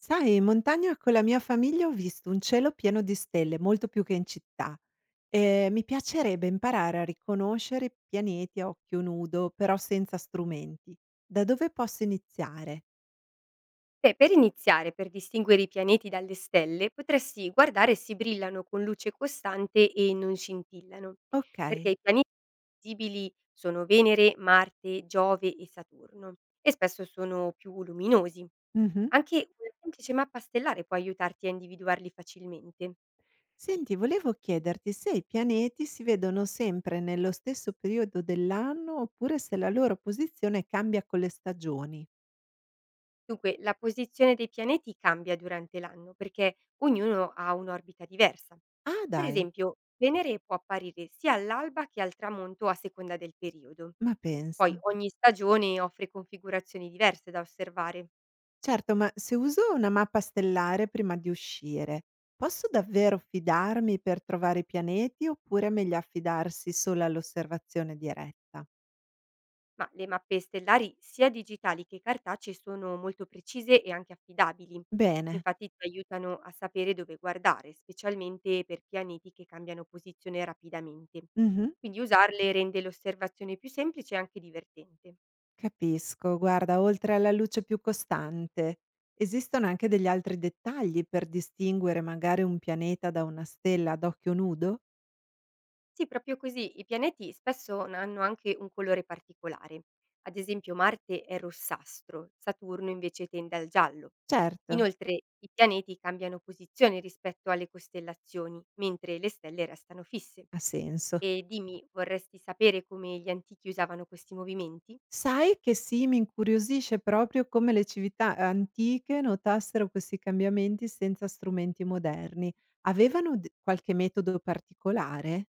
Sai, in montagna con la mia famiglia ho visto un cielo pieno di stelle, molto più che in città. E mi piacerebbe imparare a riconoscere i pianeti a occhio nudo, però senza strumenti. Da dove posso iniziare? Beh, per iniziare, per distinguere i pianeti dalle stelle, potresti guardare se brillano con luce costante e non scintillano, Ok. perché i pianeti visibili sono Venere, Marte, Giove e Saturno, e spesso sono più luminosi. Mhm. Anche una semplice mappa stellare può aiutarti a individuarli facilmente. Senti, volevo chiederti se i pianeti si vedono sempre nello stesso periodo dell'anno oppure se la loro posizione cambia con le stagioni. Dunque, la posizione dei pianeti cambia durante l'anno perché ognuno ha un'orbita diversa. Ah, Per dai, esempio, Venere può apparire sia all'alba che al tramonto a seconda del periodo. ma Poi pensa. ogni stagione offre configurazioni diverse da osservare. Certo, ma se uso una mappa stellare prima di uscire, posso davvero fidarmi per trovare i pianeti oppure è meglio affidarsi solo all'osservazione diretta? Ma le mappe stellari, sia digitali che cartacee, sono molto precise e anche affidabili. Bene, Infatti ti aiutano a sapere dove guardare, specialmente per pianeti che cambiano posizione rapidamente. mhm, Quindi usarle rende l'osservazione più semplice e anche divertente. capisco. Guarda, oltre alla luce più costante, esistono anche degli altri dettagli per distinguere magari un pianeta da una stella ad occhio nudo? Sì, proprio così. I pianeti spesso hanno anche un colore particolare. Ad esempio Marte è rossastro, Saturno invece tende al giallo. Certo, Inoltre i pianeti cambiano posizione rispetto alle costellazioni, mentre le stelle restano fisse. ha senso. E dimmi, vorresti sapere come gli antichi usavano questi movimenti? Sai che sì, mi incuriosisce proprio come le cività antiche notassero questi cambiamenti senza strumenti moderni. Avevano qualche metodo particolare?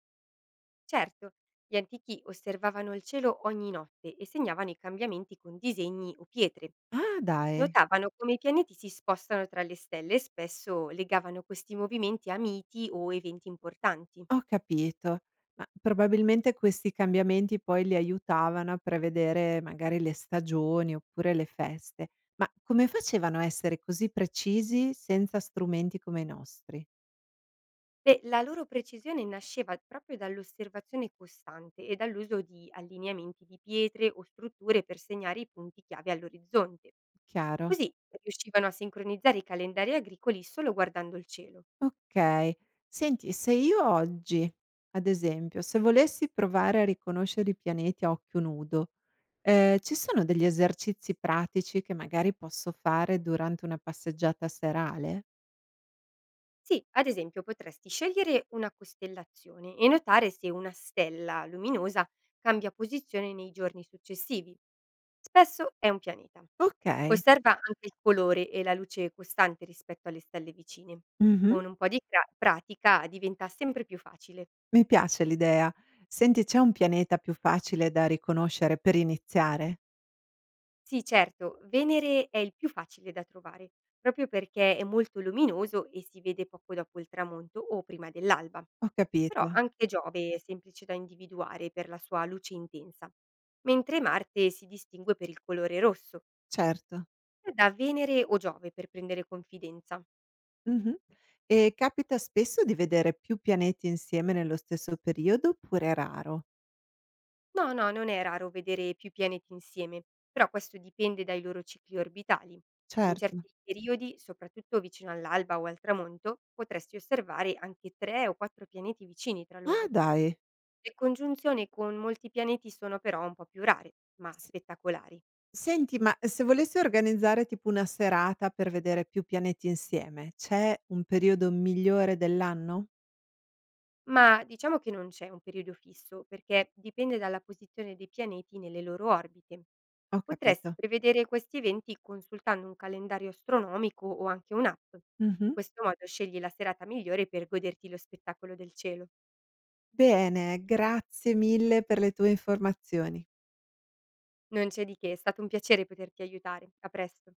Certo, gli antichi osservavano il cielo ogni notte e segnavano i cambiamenti con disegni o pietre. Ah, dai, Notavano come i pianeti si spostano tra le stelle e spesso legavano questi movimenti a miti o eventi importanti. ho capito. Ma probabilmente questi cambiamenti poi li aiutavano a prevedere magari le stagioni oppure le feste. Ma come facevano a essere così precisi senza strumenti come i nostri? Beh, la loro precisione nasceva proprio dall'osservazione costante e dall'uso di allineamenti di pietre o strutture per segnare i punti chiave all'orizzonte. Chiaro? Così riuscivano a sincronizzare i calendari agricoli solo guardando il cielo. Okay. Senti, se io oggi, ad esempio, se volessi provare a riconoscere i pianeti a occhio nudo, ci sono degli esercizi pratici che magari posso fare durante una passeggiata serale? Sì, ad esempio potresti scegliere una costellazione e notare se una stella luminosa cambia posizione nei giorni successivi. Spesso è un pianeta. Okay. Osserva anche il colore e la luce costante rispetto alle stelle vicine. Mh-mh. Con un po' di pratica diventa sempre più facile. Mi piace l'idea. Senti, c'è un pianeta più facile da riconoscere per iniziare? Sì, certo, Venere è il più facile da trovare, proprio perché è molto luminoso e si vede poco dopo il tramonto o prima dell'alba. Ho Però capito. anche Giove è semplice da individuare per la sua luce intensa, mentre Marte si distingue per il colore rosso, Certo. e da Venere o Giove per prendere confidenza. Mh-mh. E capita spesso di vedere più pianeti insieme nello stesso periodo oppure è raro? No, no, non è raro vedere più pianeti insieme, però questo dipende dai loro cicli orbitali. In Certo. certi periodi, soprattutto vicino all'alba o al tramonto, potresti osservare anche tre o quattro pianeti vicini tra Ah, loro. dai! Le congiunzioni con molti pianeti sono però un po' più rare, ma S spettacolari. senti, ma se volessi organizzare tipo una serata per vedere più pianeti insieme, c'è un periodo migliore dell'anno? Ma diciamo che non c'è un periodo fisso, perché dipende dalla posizione dei pianeti nelle loro orbite. Ho Potresti capito. prevedere questi eventi consultando un calendario astronomico o anche un'app. In Mh-mh. questo modo scegli la serata migliore per goderti lo spettacolo del cielo. Bene, grazie mille per le tue informazioni. Non c'è di che, è stato un piacere poterti aiutare. A presto.